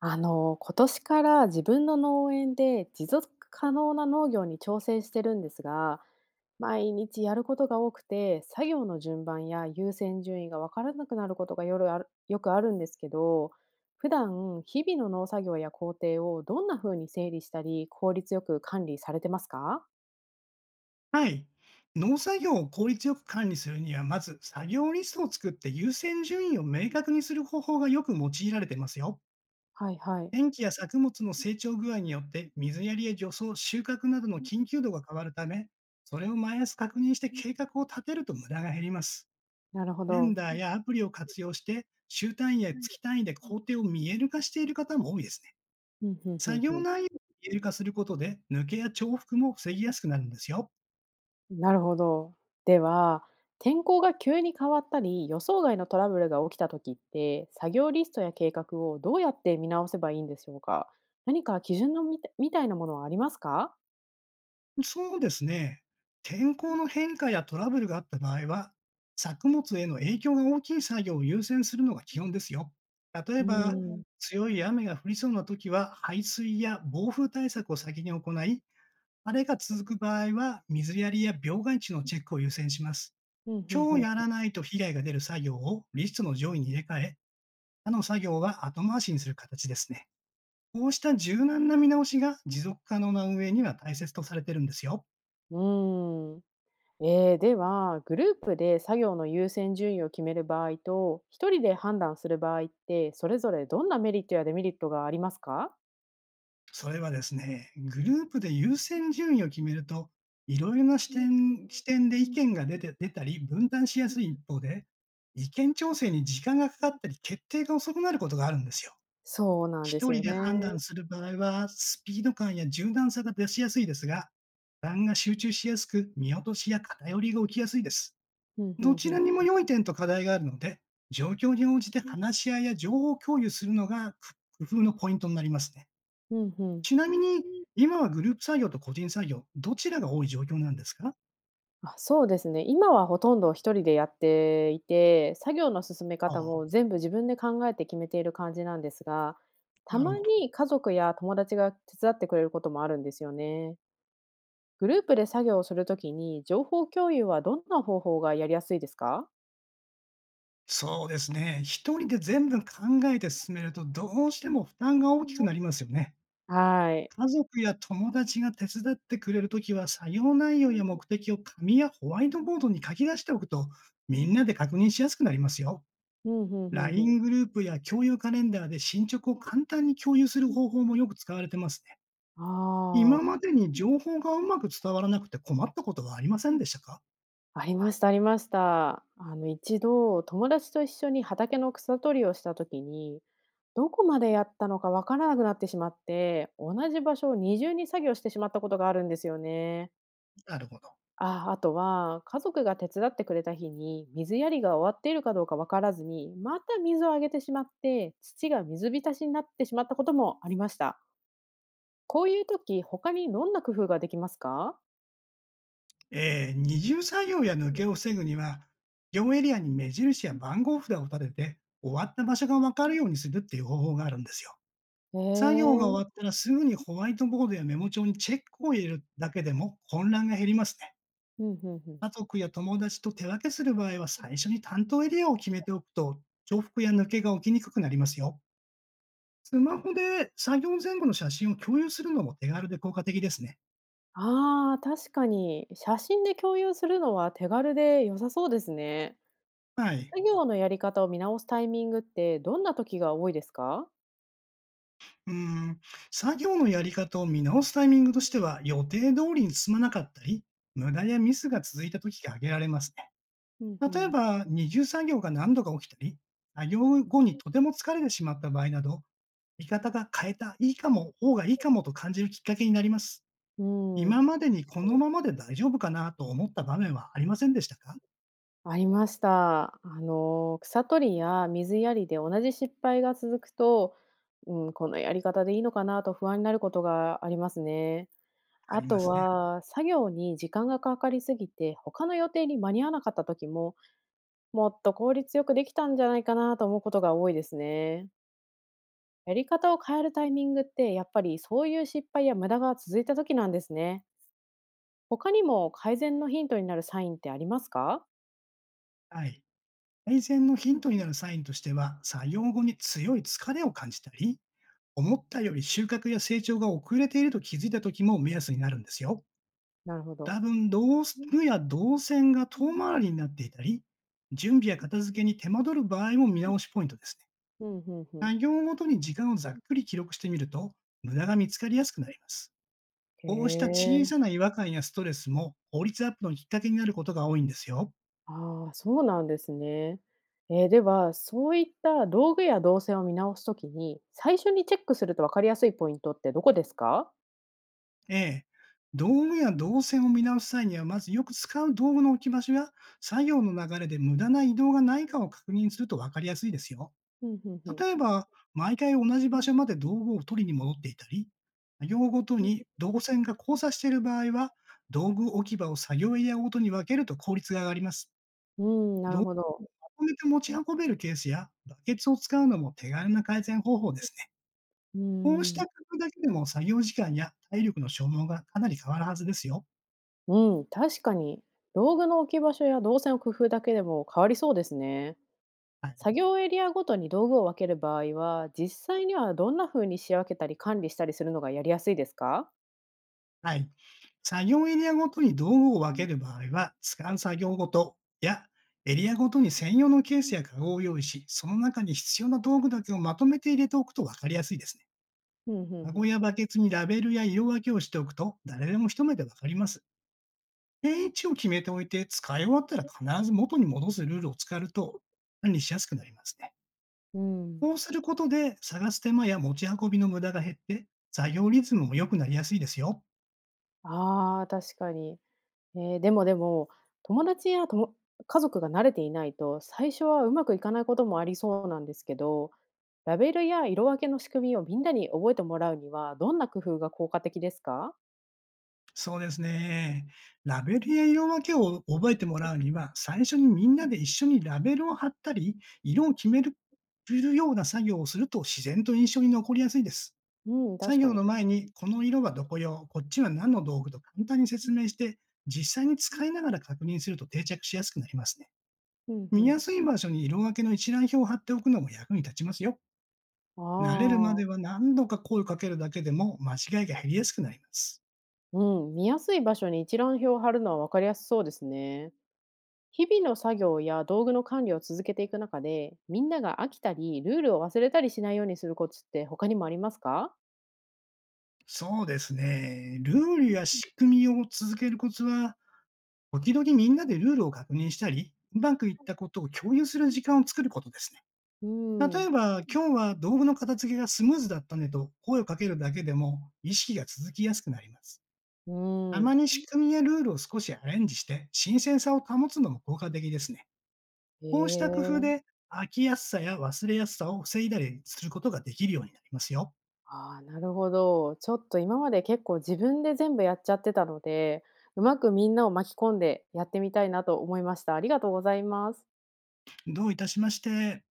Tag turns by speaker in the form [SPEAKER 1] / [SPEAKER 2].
[SPEAKER 1] 今年から自分の農園で持続可能な農業に挑戦してるんですが、毎日やることが多くて、作業の順番や優先順位が分からなくなることが夜あるよくあるんですけど、普段日々の農作業や工程をどんな風に整理したり、効率よく管理されてますか？
[SPEAKER 2] はい。農作業を効率よく管理するには、まず作業リストを作って優先順位を明確にする方法がよく用いられていますよ。
[SPEAKER 1] はいはい。
[SPEAKER 2] 天気や作物の成長具合によって水やりや除草、収穫などの緊急度が変わるため、それを毎朝確認して計画を立てると無駄が減ります。
[SPEAKER 1] なるほ
[SPEAKER 2] カレン
[SPEAKER 1] ど。
[SPEAKER 2] ダーやアプリを活用して、週単位や月単位で工程を見える化している方も多いですね。
[SPEAKER 1] うんうんう
[SPEAKER 2] 作
[SPEAKER 1] ん
[SPEAKER 2] 業
[SPEAKER 1] うん。
[SPEAKER 2] 内容を見える化することで、抜けや重複も防ぎやすくなるんですよ。
[SPEAKER 1] なるほど。では、天候が急に変わったり、予想外のトラブルが起きた時って、作業リストや計画をどうやって見直せばいいんでしょうか？何か基準のみたいなものはありますか？
[SPEAKER 2] そうですね。天候の変化やトラブルがあった場合は、作物への影響が大きい作業を優先するのが基本ですよ。例え
[SPEAKER 1] う
[SPEAKER 2] ば、
[SPEAKER 1] ーん。
[SPEAKER 2] 強い雨が降りそうな時は、排水や暴風対策を先に行い、晴れが続く場合は、水やりや病害虫のチェックを優先します。
[SPEAKER 1] うんふん
[SPEAKER 2] 今
[SPEAKER 1] ふ
[SPEAKER 2] 日
[SPEAKER 1] ん。
[SPEAKER 2] やらないと被害が出る作業をリストの上位に入れ替え、他の作業は後回しにする形ですね。こうした柔軟な見直しが持続可能な運営には大切とされているんですよ。
[SPEAKER 1] うーん。ええ、では、グループで作業の優先順位を決める場合と、一人で判断する場合って、それぞれどんなメリットやデメリットがありますか？
[SPEAKER 2] それはですね、グループで優先順位を決めると、いろいろな視点で意見が出たり、分担しやすい一方で、意見調整に時間がかかったり、決定が遅くなることがあるんですよ。
[SPEAKER 1] そうなんで
[SPEAKER 2] 一
[SPEAKER 1] す
[SPEAKER 2] 人
[SPEAKER 1] よ
[SPEAKER 2] で
[SPEAKER 1] ね。
[SPEAKER 2] 判断する場合は、スピード感や柔軟さが出しやすいですが、負担が集中しやすく、見落としや偏りが起きやすいです。
[SPEAKER 1] うんうん
[SPEAKER 2] どち
[SPEAKER 1] う
[SPEAKER 2] らにも
[SPEAKER 1] ん。
[SPEAKER 2] 良い点と課題があるので、状況に応じて話し合いや情報共有するのが工夫のポイントになりますね。
[SPEAKER 1] うんうん。
[SPEAKER 2] ちなみに、今はグループ作業と個人作業どちらが多い状況なんですか？
[SPEAKER 1] あ、そうですね。今はほとんど一人でやっていて、作業の進め
[SPEAKER 2] あ
[SPEAKER 1] 方
[SPEAKER 2] あ、
[SPEAKER 1] も全部自分で考えて決めている感じなんですが、た
[SPEAKER 2] なる
[SPEAKER 1] ま
[SPEAKER 2] ほど。
[SPEAKER 1] に家族や友達が手伝ってくれることもあるんですよね。グループで作業をするときに、情報共有はどんな方法がやりやすいですか？
[SPEAKER 2] そうですね。一人で全部考えて進めると、どうしても負担が大きくなりますよね。
[SPEAKER 1] はい。
[SPEAKER 2] 家族や友達が手伝ってくれるときは、作業内
[SPEAKER 1] うん、
[SPEAKER 2] 容や目的を紙やホワイトボードに書き出しておくと、みんなで確認しやすくなりますよ。
[SPEAKER 1] うんうん
[SPEAKER 2] LINE グループや共有カ
[SPEAKER 1] う
[SPEAKER 2] レンダーで進捗を簡単に共有する方
[SPEAKER 1] ん。
[SPEAKER 2] 法もよく使われてますね。
[SPEAKER 1] あ
[SPEAKER 2] 今ま
[SPEAKER 1] あ。
[SPEAKER 2] でに情報がうまく伝わらなくて困ったことはありませんでしたか？
[SPEAKER 1] ありましたありました。あの一度、友達と一緒に畑の草取りをした時に、どこまでやったのかわからなくなってしまって、同じ場所を二重に作業してしまったことがあるんですよね。
[SPEAKER 2] なるほど。
[SPEAKER 1] あ、あとは家族が手伝ってくれた日に水やりが終わっているかどうかわからずに、また水をあげてしまって、土が水浸しになってしまったこともありました。こういう時、他にどんな工夫ができますか？
[SPEAKER 2] 二重作業や抜けを防ぐには、業務エリアに目印や番号札を立てて、終わった場所が分かるようにするっていう方法があるんですよ。
[SPEAKER 1] へえ
[SPEAKER 2] 作業が
[SPEAKER 1] ー。
[SPEAKER 2] 終わったらすぐにホワイトボードやメモ帳にチェックを入れるだけでも混乱が減りますね。
[SPEAKER 1] うん、ふんふん。
[SPEAKER 2] 家族や友達と手分けする場合は、最初に担当エリアを決めておくと、重複や抜けが起きにくくなりますよ。スマホで作業前後の写真を共有するのも手軽で効果的ですね。
[SPEAKER 1] ああ、確かに。写真で共有するのは手軽で良さそうですね。
[SPEAKER 2] はい。
[SPEAKER 1] 作業のやり方を見直すタイミングってどんな時が多いですか？
[SPEAKER 2] うん。作業のやり方を見直すタイミング
[SPEAKER 1] う
[SPEAKER 2] として
[SPEAKER 1] ん
[SPEAKER 2] は、予定通
[SPEAKER 1] う
[SPEAKER 2] り
[SPEAKER 1] ん
[SPEAKER 2] に進まなかったり、無駄やミスが続いた時が挙げられますね。
[SPEAKER 1] うんう
[SPEAKER 2] 例え
[SPEAKER 1] ん。
[SPEAKER 2] ば、二重作業が何度か起きたり、作業後にとても疲れてしまった場合など、見方が変えた、いいかも、方がいいかもと感じるきっかけになります。今までに
[SPEAKER 1] 確
[SPEAKER 2] こ
[SPEAKER 1] か
[SPEAKER 2] の
[SPEAKER 1] に。
[SPEAKER 2] ままで大丈夫かなと思った場面はありませんでしたか？
[SPEAKER 1] ありました。あの、草取りや水やりで同じ失敗が続くと、うん、このやり方でいいのかなと不安になることがありますね。
[SPEAKER 2] あ
[SPEAKER 1] あ
[SPEAKER 2] りま
[SPEAKER 1] と
[SPEAKER 2] すね。
[SPEAKER 1] は、作業に時間がかかりすぎて、他の予定に間に合わなかった時も、もっと効率よくできたんじゃないかなと思うことが多いですね。やり方を変えるタイミングって、やっぱりそういう失敗や無駄が続いた時なんですね。他にも改善のヒントになるサインってありますか？
[SPEAKER 2] はい。改善のヒントになるサインとしては、作業後に強い疲れを感じたり、思ったより収穫や成長が遅れていると気づいた時も目安になるんですよ。
[SPEAKER 1] なるほど。
[SPEAKER 2] 多分、道
[SPEAKER 1] うん
[SPEAKER 2] 具や動線が
[SPEAKER 1] うん。
[SPEAKER 2] 遠回りになっていたり、準備や片付けに手間取る場合も見直しポイントですね。
[SPEAKER 1] うん。
[SPEAKER 2] 作業ごとに時間をざっくり記録してみると、無駄が見つかりやすくなります。
[SPEAKER 1] へ
[SPEAKER 2] こうした小
[SPEAKER 1] え。
[SPEAKER 2] さな違和感やストレスも、効率アップのきっかけになることが多いんですよ。
[SPEAKER 1] ああ、そうなんですね。では、そういった道具や動線を見直すときに、最初にチェックすると分かりやすいポイントってどこですか？
[SPEAKER 2] ええ。道具や
[SPEAKER 1] うん。
[SPEAKER 2] 動線を見直す際には、まずよく使う道具の置き場所や作業の流れで無駄な移動がないかを確認すると分かりやすいですよ。例えば、毎回同じ
[SPEAKER 1] う
[SPEAKER 2] 場
[SPEAKER 1] ん
[SPEAKER 2] 所まで道具を取りに戻っていたり、作業ごとに
[SPEAKER 1] う
[SPEAKER 2] 動線が交差している場合は、道具置き場を作業エリアごとに分けると効率が上がります。
[SPEAKER 1] ん。うん、な
[SPEAKER 2] 道
[SPEAKER 1] るほど。
[SPEAKER 2] 具をまとめて持ち運べるケースやバケツを使うのも手軽な改善方法ですね。
[SPEAKER 1] う
[SPEAKER 2] こうし
[SPEAKER 1] ん。
[SPEAKER 2] た工夫だけでも作業時間や体力の消耗がかなり変わるはずですよ。
[SPEAKER 1] うん、確かに。道具の置き場所や動線を工夫だけでも変わりそうですね。
[SPEAKER 2] はい。
[SPEAKER 1] 作業エリアごとに道具を分ける場合は、実際にはどんな風に仕分けたり管理したりするのがやりやすいですか？
[SPEAKER 2] はい。作業エリアごとに道具を分
[SPEAKER 1] う
[SPEAKER 2] け
[SPEAKER 1] ん
[SPEAKER 2] る場合は、使う作業ごとやエリアごとに専用の
[SPEAKER 1] う
[SPEAKER 2] ケー
[SPEAKER 1] ん
[SPEAKER 2] スや
[SPEAKER 1] う
[SPEAKER 2] カゴを用意し、その中に必要な道具だけをまとめて入れておくと分かりやすいですね。カゴ
[SPEAKER 1] ん、
[SPEAKER 2] やバケツにラベルや色分けをしておくと、誰でも一目で分かります。定位置を決めておいて、使い終わったら必ず元に戻すルールを使うと、管理しやすくなりますね。
[SPEAKER 1] うん。
[SPEAKER 2] こうすることで、探す手間や持ち運びの無駄が減って、作業リズムも良くなりやすいですよ。
[SPEAKER 1] ああ、確かに。でも、友達や家族が慣れていないと、最初はうまくいかないこともありそうなんですけど、ラベルや色分けの仕組みをみんなに覚えてもらうには、どんな工夫が効果的ですか？
[SPEAKER 2] そうですね。ラベルや色分けを覚えてもらうには、最初にみんなで一緒にラベルを貼ったり、色を決めるような作業をすると自然と印象に残りやすいです。
[SPEAKER 1] うん、
[SPEAKER 2] 作
[SPEAKER 1] 確か
[SPEAKER 2] 業
[SPEAKER 1] に。
[SPEAKER 2] の前に、この色はどこ用、こっちは何の道具と簡単に説明して、実際に使いながら確認すると定着しやすくなりますね。
[SPEAKER 1] うん、う
[SPEAKER 2] 見
[SPEAKER 1] ん。
[SPEAKER 2] やすい場所に色分けの一覧表を貼っておくのも役に立ちますよ。
[SPEAKER 1] あ
[SPEAKER 2] 慣れるまで
[SPEAKER 1] あ、
[SPEAKER 2] は何度か声をかけるだけでも間違いが減りやすくなります。
[SPEAKER 1] うん、見やすい場所に一覧表を貼るのは分かりやすそうですね。日々の作業や道具の管理を続けていく中で、みんなが飽きたり、ルールを忘れたりしないようにするコツって他にもありますか？
[SPEAKER 2] そうですね。ルールや仕組みを続けるコツは、時々みんなでルールを確認したり、うまくいったことを共有する時間を作ることですね。
[SPEAKER 1] う
[SPEAKER 2] 例え
[SPEAKER 1] ん、
[SPEAKER 2] ば、今日は道具の片付けがスムーズだったねと声をかけるだけでも意識が続きやすくなります。
[SPEAKER 1] う
[SPEAKER 2] た
[SPEAKER 1] ん。
[SPEAKER 2] まに仕組みやルールを少しアレンジして新鮮さを保つのも効果的ですね。こうした工夫
[SPEAKER 1] ええ。
[SPEAKER 2] で飽きやすさや忘れやすさを防いだりすることができるようになりますよ。
[SPEAKER 1] ああ、なるほど。ちょっと今まで結構自分で全部やっちゃってたので、うまくみんなを巻き込んでやってみたいなと思いました。ありがとうございます。
[SPEAKER 2] どういたしまして。